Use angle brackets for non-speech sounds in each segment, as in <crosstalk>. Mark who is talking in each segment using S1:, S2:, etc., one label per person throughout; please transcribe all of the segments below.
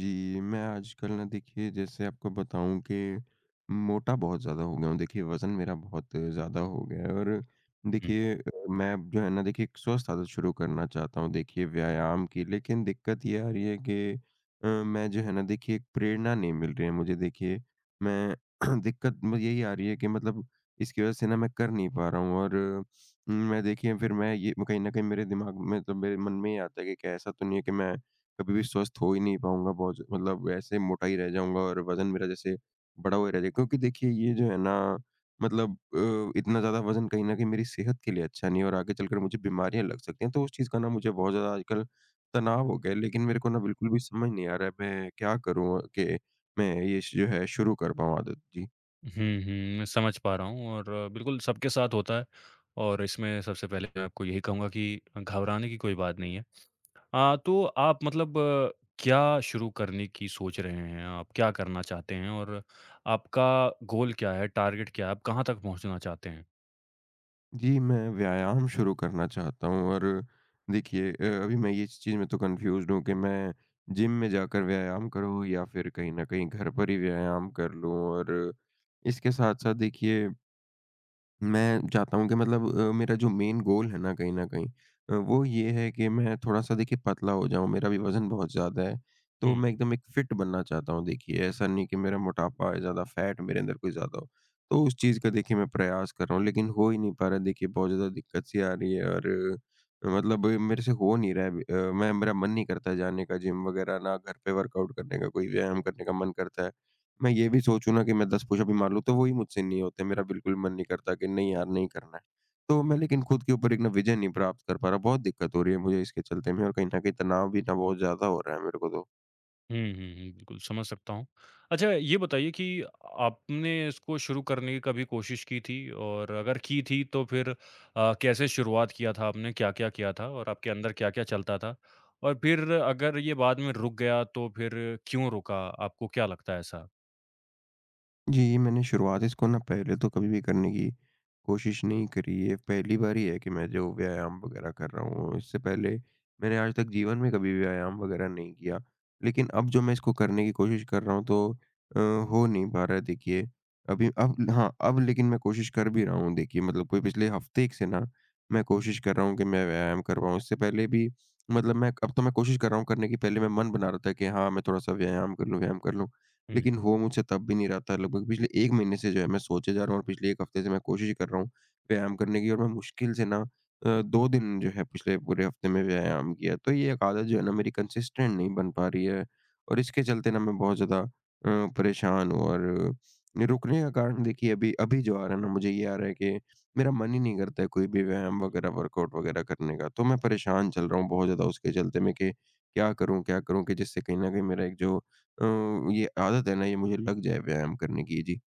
S1: जी, मैं आजकल ना देखिए जैसे आपको बताऊँ कि मोटा बहुत ज़्यादा हो गया हूँ। देखिए वज़न मेरा बहुत ज़्यादा हो गया है और
S2: हुँ।
S1: देखिए मैं जो है ना देखिए एक स्वस्थ आदत शुरू करना चाहता हूँ देखिए व्यायाम की। लेकिन दिक्कत ये आ रही है कि मैं जो है ना देखिए एक प्रेरणा नहीं मिल रही है मुझे देखिए। मैं <clears throat> दिक्कत मुझे यही आ रही है कि मतलब इसकी वज़ह से ना मैं कर नहीं पा रहा हूँ और मैं देखिए फिर मैं ये कहीं न कहीं मेरे दिमाग में तो मेरे मन में ये आता है कि क्या ऐसा तो नहीं है कि मैं कभी भी स्वस्थ हो ही नहीं पाऊँगा, बहुत ज मतलब ऐसे मोटा ही रह जाऊँगा और वज़न मेरा जैसे बढ़ा हुआ ही रह जाएगा, क्योंकि देखिए ये जो है ना मतलब इतना ज़्यादा वज़न कहीं न कहीं मेरी सेहत के लिए अच्छा नहीं है और आगे चलकर मुझे बीमारियाँ लग सकती हैं, तो उस चीज़ का ना मुझे बहुत ज़्यादा आजकल तनाव हो गया है। लेकिन मेरे को ना बिल्कुल भी समझ नहीं आ रहा है मैं क्या करूँ कि मैं ये श जो है शुरू कर पाऊँ आदत? जी।
S2: हुँ, हुँ, मैं समझ पा रहा हूँ और बिल्कुल सबके साथ होता है और इसमें सबसे पहले मैं आपको यही कहूँगा कि घबराने की कोई बात नहीं है। तो आप मतलब क्या शुरू करने की सोच रहे हैं? आप क्या करना चाहते हैं और आपका गोल क्या है, टारगेट क्या है? आप कहाँ तक पहुँचना चाहते हैं?
S1: जी, मैं व्यायाम शुरू करना चाहता हूँ और देखिए अभी मैं ये इस चीज़ में तो कन्फ्यूज़्ड हूँ कि मैं जिम में जाकर व्यायाम करूँ या फिर कहीं न कहीं घर पर ही व्यायाम कर लूँ, और इसके साथ-साथ देखिए मैं चाहता हूँ कि मतलब मेरा जो मेन गोल है ना कहीं न कहीं वो ये है कि मैं थोड़ा-सा देखिए पतला हो जाऊँ, मेरा भी वज़न बहुत ज़्यादा है। तो मैं एकदम एक फिट बनना चाहता हूँ देखिए, ऐसा नहीं कि मेरा मोटापा या ज़्यादा फैट मेरे अंदर कोई ज़्यादा हो। तो उस चीज़ का देखिए मैं प्रयास कर रहा हूँ, लेकिन हो ही नहीं पा रहा है देखिए, बहुत ज़्यादा दिक्कत-सी आ रही है और मतलब मेरे से हो नहीं रहा है मैं मेरा मन नहीं करता है जाने का जिम वग़ैरह ना घर पे वर्कआउट करने का, कोई व्यायाम करने का मन करता है। मैं ये भी सोचूँ ना कि मैं 10 पुशअप ही मार लूँ, तो वो ही मुझसे नहीं होते, मेरा बिल्कुल मन नहीं करता कि नहीं यार नहीं करना है। तो मैं लेकिन खुद के ऊपर एक ना विजय नहीं प्राप्त कर पा रहा, बहुत दिक्कत हो रही है मुझे इसके चलते में, और कहीं न कहीं तनाव भी ना बहुत ज़्यादा हो रहा है मेरे को तो।
S2: हुँ, हुँ, हुँ। बिल्कुल, समझ सकता हूँ। अच्छा ये बताइए कि आपने इसको शुरू करने की कभी कोशिश की थी? और अगर की थी तो फिर कैसे शुरुआत किया था आपने? क्या-क्या किया था? और आपके अंदर क्या-क्या चलता था? और फिर अगर ये बाद में रुक गया तो फिर क्यों रुका? आपको क्या लगता है ऐसा?
S1: जी, मैंने शुरुआत इसको ना पहले तो कभी भी करने की कोशिश नहीं करी है। पहली बार ही है कि मैं जो व्यायाम वगैरह कर रहा हूँ। इससे पहले मैंने आज तक जीवन में कभी व्यायाम वगैरह नहीं किया। लेकिन अब जो मैं इसको करने की कोशिश कर रहा हूँ तो हो नहीं पा रहा है देखिए। अभी अब हाँ, अब लेकिन मैं कोशिश कर भी रहा हूँ देखिए, मतलब कोई पिछले हफ़्ते एक से ना मैं कोशिश कर रहा हूँ कि मैं व्यायाम कर पाऊँ। इससे पहले भी मतलब मैं अब तो मैं कोशिश कर रहा हूँ करने की, पहले मैं मन बना रहा था कि हाँ, मैं थोड़ा-सा व्यायाम कर लूँ, व्यायाम कर लूँ। लेकिन हो मुझसे तब भी नहीं रहा था। लगभग पिछले 1 महीने से जो है मैं सोचे जा रहा हूँ और पिछले 1 हफ्ते से मैं कोशिश कर रहा हूँ व्यायाम करने की, और मैं मुश्किल से ना 2 दिन जो है पिछले पूरे हफ्ते में व्यायाम किया। तो ये एक आदत जो है ना मेरी कंसिस्टेंट नहीं बन पा रही है, और इसके चलते ना मैं बहुत ज़्यादा परेशान हूँ और रुकने का कारण देखिए अभी अभी जो आ रहा है ना मुझे ये आ रहा है कि मेरा मन ही नहीं करता है कोई भी व्यायाम वगैरह वर्कआउट वगैरह करने का। तो मैं परेशान चल रहा हूँ बहुत ज़्यादा उसके चलते मैं कि क्या करूँ कि जिससे कहीं न कहीं मेरा एक जो अ, ये आदत है ना ये मुझे लग जाए व्यायाम करने की। जी।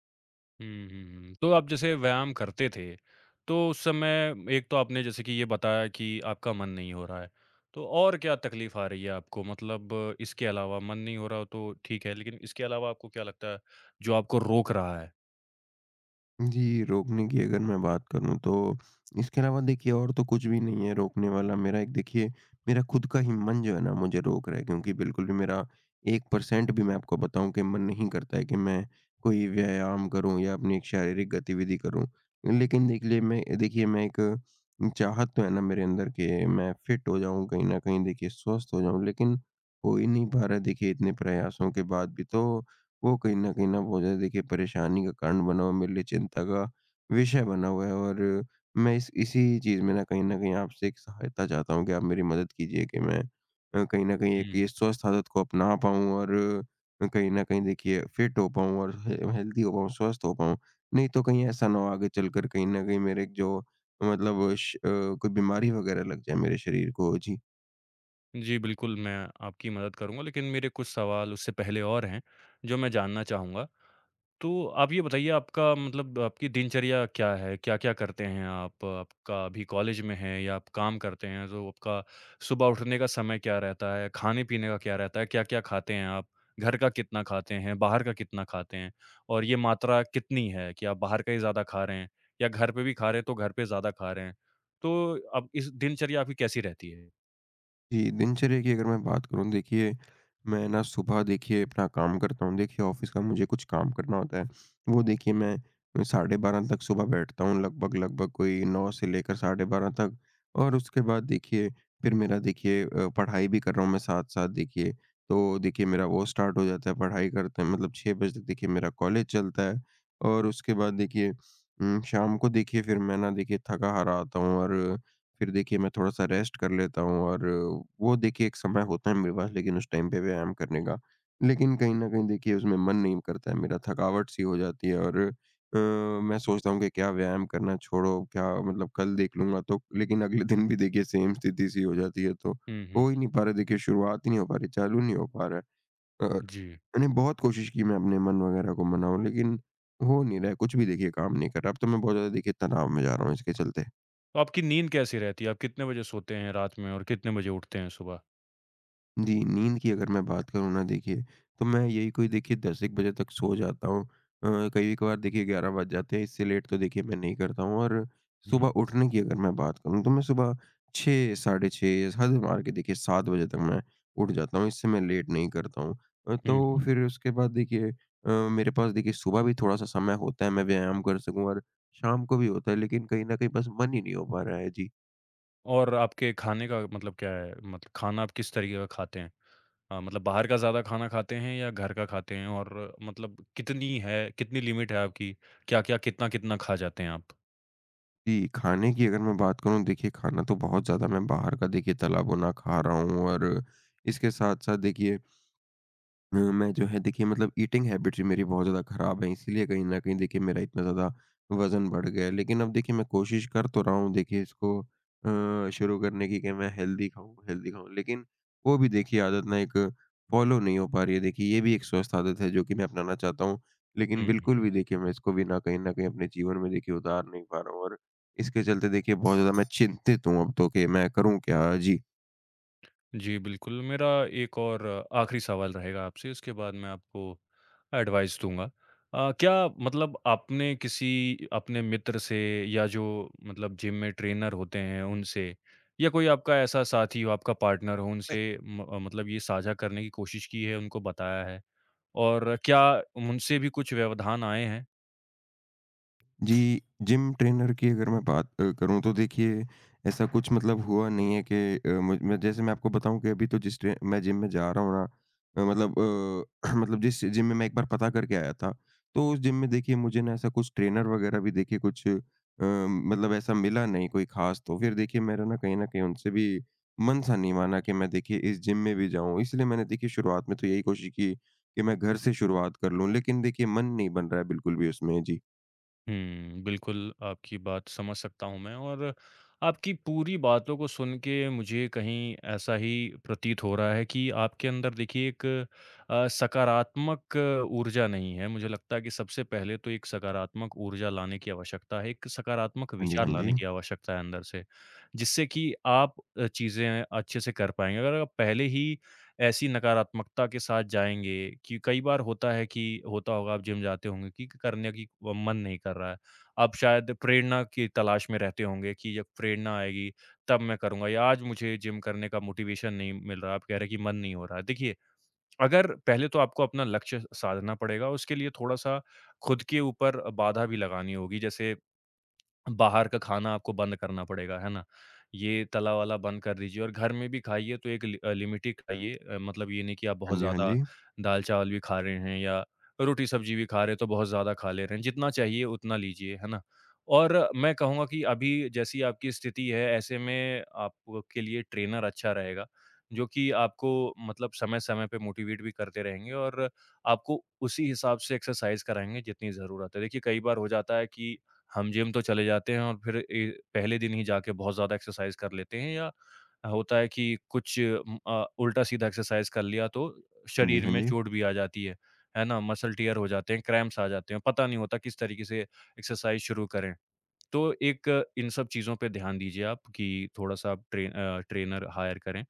S2: हुँ, हुँ, हुँ। तो आप जैसे व्यायाम करते थे, तो उस समय एक तो आपने जैसे कि ये बताया कि आपका मन नहीं हो रहा है, तो और क्या तकलीफ़ आ रही है आपको? मतलब इसके अलावा मन नहीं हो रहा हो तो ठीक है, लेकिन इसके अलावा आपको क्या लगता है जो आपको रोक रहा है?
S1: जी, रोकने की अगर मैं बात करूँ तो इसके अलावा देखिए और तो कुछ भी नहीं है रोकने वाला। मेरा एक देखिए मेरा खुद का ही मन जो है ना मुझे रोक रहा है, क्योंकि बिल्कुल भी मेरा 1% भी मैं आपको बताऊँ कि मन नहीं करता है कि मैं कोई व्यायाम करूँ या अपनी एक शारीरिक गतिविधि करूँ। लेकिन देख लिए मैं देखिए मैं एक चाहत तो है ना मेरे अंदर कि मैं फिट हो जाऊँ कहीं न कहीं देखिए स्वस्थ हो जाऊँ, लेकिन हो ही नहीं पा रहा है देखिए इतने प्रयासों के बाद भी। तो वो कहीं न कहीं ना बहुत ज़्यादा देखिए परेशानी का कारण बना हुआ है, मेरे लिए चिंता का विषय बना हुआ है, और मैं इस इसी चीज़ में ना कहीं न कहीं आपसे एक सहायता चाहता हूँ कि आप मेरी मदद कीजिए कि मैं कहीं न कहीं एक ये
S2: हुँ।
S1: स्वस्थ आदत को अपना पाऊँ और कहीं न कहीं देखिए फिट हो पाऊँ और हे हेल्दी हो पाऊँ, स्वस्थ हो पाऊँ। नहीं तो कहीं ऐसा ना हो आगे चलकर कहीं न कहीं मेरे एक जो मतलब श कोई बीमारी वगैरह लग जाए मेरे शरीर को। जी।
S2: जी, बिल्कुल मैं आपकी मदद करूँगा, लेकिन मेरे कुछ सवाल उससे पहले और हैं, जो मैं जानना चाहूँगा। तो आप ये बताइए आपका मतलब आपकी दिनचर्या क्या है? क्या-क्या करते हैं आप? आपका अभी कॉलेज में हैं या आप काम करते हैं तो आपका सुबह उठने का समय क्या रहता है? खाने-पीने का क्या रहता है? क्या-क्या खाते हैं आप? घर का कितना खाते हैं? बाहर का कितना खाते हैं? और ये मात्रा कितनी है कि आप बाहर का ही ज़्यादा खा रहे हैं या घर पे भी खा रहे हैं तो घर पे ज़्यादा खा रहे हैं? तो अब इस दिनचर्या आपकी कैसी रहती है?
S1: जी, दिनचर्या की अगर मैं बात करूँ देखिए, मैं ना सुबह देखिए अपना काम करता हूँ। देखिए ऑफ़िस का मुझे कुछ काम करना होता है। वो देखिए मैं 12:30 तक सुबह बैठता हूँ, लगभग, लगभग कोई 9 से लेकर 12:30 तक, और उसके बाद देखिए फिर मेरा देखिए पढ़ाई भी कर रहा हूँ मैं साथ-साथ देखिए। तो देखिए मेरा वो स्टार्ट हो जाता है पढ़ाई करते हैं मतलब 6 बजे तक देखिए मेरा कॉलेज चलता है, और उसके बाद देखिए शाम को देखिए फिर मैं ना देखिए थका हारा आता हूँ, और फिर देखिए मैं थोड़ा-सा रेस्ट कर लेता हूँ, और वो देखिए एक समय होता है मेरे पास लेकिन उस टाइम पे व्यायाम करने का। लेकिन कहीं न कहीं देखिए उसमें मन नहीं करता है मेरा, थकावट सी हो जाती है, और मैं सोचता हूँ कि क्या व्यायाम करना छोड़ो, क्या मतलब कल देख लूँगा, तो लेकिन अगले दिन भी देखिए सेम स्थिति सी हो जाती है, तो
S2: हुँ, हुँ।
S1: हो ही नहीं पा रहा है देखिए, शुरुआत ही नहीं हो पा रही, चालू नहीं हो पा रहा है। और
S2: जी।
S1: मैंने बहुत कोशिश की मैं अपने मन वगैरह को मनाऊँ, लेकिन हो नहीं रहा है, कुछ भी देखिए काम नहीं कर रहा। अब तो मैं बहुत ज़्यादा देखिए तनाव में जा रहा हूँ इसके चलते।
S2: तो आपकी नींद कैसी रहती है? आप कितने बजे सोते हैं रात में और कितने बजे उठते हैं सुबह?
S1: जी, नींद की अगर मैं बात करूँ ना देखिए, तो मैं यही कोई देखिए 10 एक बजे तक सो जाता हूँ। कई-कभार देखिए 11 बज जाते हैं, इससे लेट तो देखिए मैं नहीं करता हूँ, और
S2: हुँ।
S1: सुबह उठने की अगर मैं बात करूँ, तो मैं सुबह 6 साढ़े 6 हद मार के देखिए 7 बजे तक मैं उठ जाता हूँ, इससे मैं लेट नहीं करता हूँ।
S2: हुँ।
S1: तो फिर उसके बाद देखिए मेरे पास देखिए सुबह भी थोड़ा-सा समय होता है, मैं व्यायाम कर सकूँ, और शाम को भी होता है, लेकिन कहीं न कहीं बस मन ही नहीं हो पा रहा है। जी।
S2: और आपके खाने का मतलब क्या है? मतलब खाना आप किस तरीके का खाते हैं? मतलब बाहर का ज़्यादा खाना खाते हैं या घर का खाते हैं? और मतलब कितनी है कितनी लिमिट है आपकी? क्या-क्या, कितना-कितना खा जाते हैं आप?
S1: जी, खाने की अगर मैं बात करूँ देखिए, खाना तो बहुत ज़्यादा मैं बाहर का देखिए तला भुना खा रहा हूँ, और इसके साथ-साथ देखिए मैं जो है देखिए मतलब ईटिंग हैबिट ही मेरी बहुत ज़्यादा ख़राब है, इसीलिए कहीं न कहीं देखिए मेरा इतना ज़्यादा वज़न बढ़ गया है। लेकिन अब देखिए मैं कोशिश कर तो रहा हूँ देखिए इसको शुरू करने की कि मैं हेल्दी खाऊँ, हेल्दी खाऊँ, लेकिन वो भी देखिए आदत ना एक फ़ॉलो नहीं हो पा रही है। देखिए ये भी एक स्वस्थ आदत है जो कि मैं अपनाना चाहता हूँ, लेकिन
S2: हुँ।
S1: बिल्कुल भी देखिए मैं इसको भी ना कहीं न कहीं अपने जीवन में देखिए उतार नहीं पा रहा हूँ, और इसके चलते देखिए बहुत ज़्यादा मैं चिंतित हूँ अब तो कि मैं करूँ क्या? जी।
S2: जी, बिल्कुल। मेरा एक और आखिरी सवाल रहेगा आपसे, उसके बाद मैं आपको एडवाइस दूँगा। क्या मतलब आपने किसी अपने मित्र से या जो मतलब जिम में ट्रेनर होते हैं उनसे या कोई आपका ऐसा साथी हो, आपका पार्टनर हो, उनसे मतलब ये साझा करने की कोशिश की है, उनको बताया है? और क्या उनसे भी कुछ व्यवधान आए हैं?
S1: जी, जिम ट्रेनर की अगर मैं बात करूँ तो देखिए ऐसा कुछ मतलब हुआ नहीं है कि मुझ में जैसे मैं आपको बताऊँ कि अभी तो जिस ट्रे मैं जिम में जा रहा हूँ ना मतलब <clears throat> मतलब जिस जिम में मैं एक बार पता करके आया था, तो उस जिम में देखिए मुझे ना ऐसा कुछ ट्रेनर वग़ैरह भी देखिए कुछ मतलब ऐसा मिला नहीं कोई ख़ास, तो फिर देखिए मेरा ना कहीं न कहीं उनसे भी मन सा नहीं माना कि मैं देखिए इस जिम में भी जाऊँ। इसलिए मैंने देखिए शुरुआत में तो यही कोशिश की कि मैं घर से शुरुआत कर लूँ, लेकिन देखिए मन नहीं बन रहा है बिल्कुल भी उसमें। जी।
S2: हुँ, बिल्कुल, आपकी बात समझ सकता हूँ मैं और आपकी पूरी बातों को सुन के मुझे कहीं ऐसा ही प्रतीत हो रहा है कि आपके अंदर देखिए एक सकारात्मक ऊर्जा नहीं है। मुझे लगता है कि सबसे पहले तो एक सकारात्मक ऊर्जा लाने की आवश्यकता है, एक सकारात्मक
S1: हाँ जी,
S2: विचार
S1: हाँ जी।
S2: लाने की आवश्यकता है अंदर से, जिससे कि आप चीज़ें अच्छे से कर पाएँगे। अगर आप पहले ही ऐसी नकारात्मकता के साथ जाएँगे कि कई बार होता है कि होता होगा आप जिम जाते होंगे कि करने की व मन नहीं कर रहा है। आप शायद प्रेरणा की तलाश में रहते होंगे कि जब प्रेरणा आएगी तब मैं करूँगा या आज मुझे जिम करने का मोटिवेशन नहीं मिल रहा। आप कह रहे हैं कि मन नहीं हो रहा है। देखिए, अगर पहले तो आपको अपना लक्ष्य साधना पड़ेगा, उसके लिए थोड़ा-सा खुद के ऊपर बाधा भी लगानी होगी। जैसे बाहर का खाना आपको बंद करना पड़ेगा, है ना? ये तला-वाला बंद कर दीजिए और घर में भी खाइए तो एक लिमिट ही खाइए मतलब ये नहीं कि आप बहुत
S1: हाँ जी, हाँ
S2: ज़्यादा
S1: जी।
S2: दाल-चावल भी खा रहे हैं या रोटी-सब्जी भी खा रहे हैं तो बहुत ज़्यादा खा ले रहे हैं। जितना चाहिए उतना लीजिए, है ना? और मैं कहूँगा कि अभी जैसी आपकी स्थिति है ऐसे में आपके लिए ट्रेनर अच्छा रहेगा, जो कि आपको मतलब समय-समय पे मोटिवेट भी करते रहेंगे और आपको उसी हिसाब से एक्सरसाइज़ कराएँगे जितनी ज़रूरत है। देखिए कई बार हो जाता है कि हम जिम तो चले जाते हैं और फिर पहले दिन ही जाके बहुत ज़्यादा एक्सरसाइज कर लेते हैं या होता है कि कुछ उल्टा-सीधा एक्सरसाइज कर लिया तो
S1: हाँ जी,
S2: शरीर
S1: हाँ
S2: में
S1: जी।
S2: चोट भी आ जाती है ना? मसल टियर हो जाते हैं, क्रैम्प्स आ जाते हैं, पता नहीं होता किस तरीके से एक्सरसाइज शुरू करें। तो एक इन सब चीज़ों पे ध्यान दीजिए आप कि थोड़ा-सा आप ट्रेनर हायर करें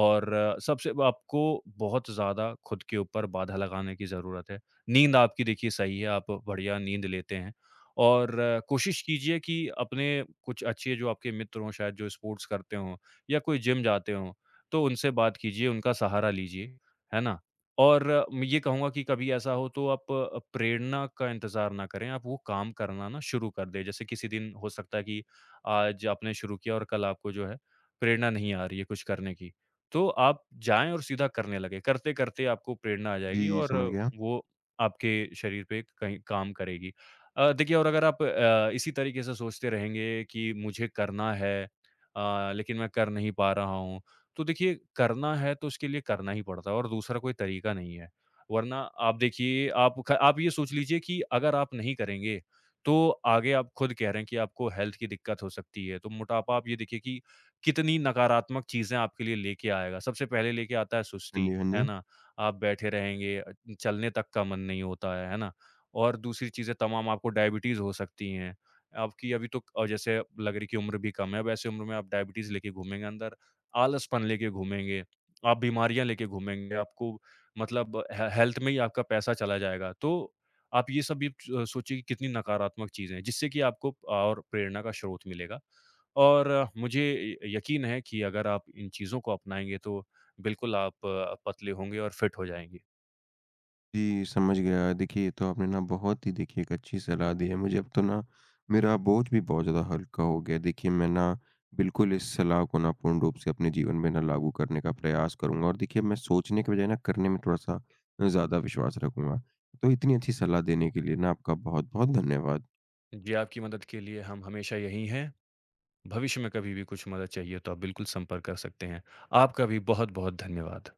S2: और सबसे आपको बहुत ज़्यादा खुद के ऊपर बाधा लगाने की ज़रूरत है। नींद आपकी देखिए सही है, आप बढ़िया नींद लेते हैं और कोशिश कीजिए कि अपने कुछ अच्छे जो आपके मित्र हों शायद जो स्पोर्ट्स करते हों या कोई जिम जाते हों, तो उनसे बात कीजिए, उनका सहारा लीजिए, है ना? और मैं ये कहूँगा कि कभी ऐसा हो तो आप प्रेरणा का इंतज़ार ना करें, आप वो काम करना ना शुरू कर दें। जैसे किसी दिन हो सकता है कि आज आपने शुरू किया और कल आपको जो है प्रेरणा नहीं आ रही है कुछ करने की, तो आप जाएँ और सीधा करने लगें। करते-करते आपको प्रेरणा आ जाएगी
S1: जी,
S2: और
S1: समझ गया।
S2: वो आपके शरीर पे कहीं काम करेगी। देखिए और अगर आप इसी तरीके से सोचते रहेंगे कि मुझे करना है लेकिन मैं कर नहीं पा रहा हूँ तो देखिए करना है तो उसके लिए करना ही पड़ता है और दूसरा कोई तरीका नहीं है। वरना आप देखिए आप ये सोच लीजिए कि अगर आप नहीं करेंगे, तो आगे आप खुद कह रहे हैं कि आपको हेल्थ की दिक्कत हो सकती है। तो मोटापा आप ये देखिए कि कितनी नकारात्मक चीज़ें आपके लिए लेके आएगा। सबसे पहले लेके आता है
S1: हाँ
S2: सुस्ती,
S1: जी, हाँ
S2: है
S1: जी।
S2: ना? आप बैठे रहेंगे, चलने तक का मन नहीं होता है ना? और दूसरी चीज़ें तमाम आपको डायबिटीज़ हो सकती हैं। आपकी अभी तो जैसे लग रही कि उम्र भी कम है, वैसे उम्र में आप डायबिटीज़ लेके घूमेंगे अंदर। आलसपन लेके घूमेंगे, आप बीमारियाँ लेके घूमेंगे, आपको मतलब हे हेल्थ में ही आपका पैसा चला जाएगा। तो आप ये सब भी च सोचिए कि कितनी नकारात्मक चीज़ें हैं, जिससे कि आपको और प्रेरणा का स्रोत मिलेगा। और मुझे य यकीन है कि अगर आप इन चीज़ों को अपनाएँगे तो बिल्कुल आप पतले होंगे और फिट हो जाएँगे।
S1: जी, समझ गया। देखिए, ये तो आपने ना बहुत ही देखिए एक अच्छी सलाह दी है मुझे। अब तो ना मेरा बोझ भी बहुत ज़्यादा हल्का हो गया है। देखिए, मैं ना बिल्कुल इस सलाह को ना पूर्ण रूप से अपने जीवन में ना लागू करने का प्रयास करूँगा, और देखिए, मैं सोचने के बजाय ना करने में थोड़ा-सा ज़्यादा विश्वास रखूँगा। तो इतनी अच्छी सलाह देने के लिए ना आपका बहुत-बहुत धन्यवाद।
S2: जी, आपकी मदद के लिए हम हमेशा यहीं हैं। भविष्य में कभी भी कुछ मदद चाहिए तो आप बिल्कुल संपर्क कर सकते हैं। आपका भी बहुत-बहुत धन्यवाद।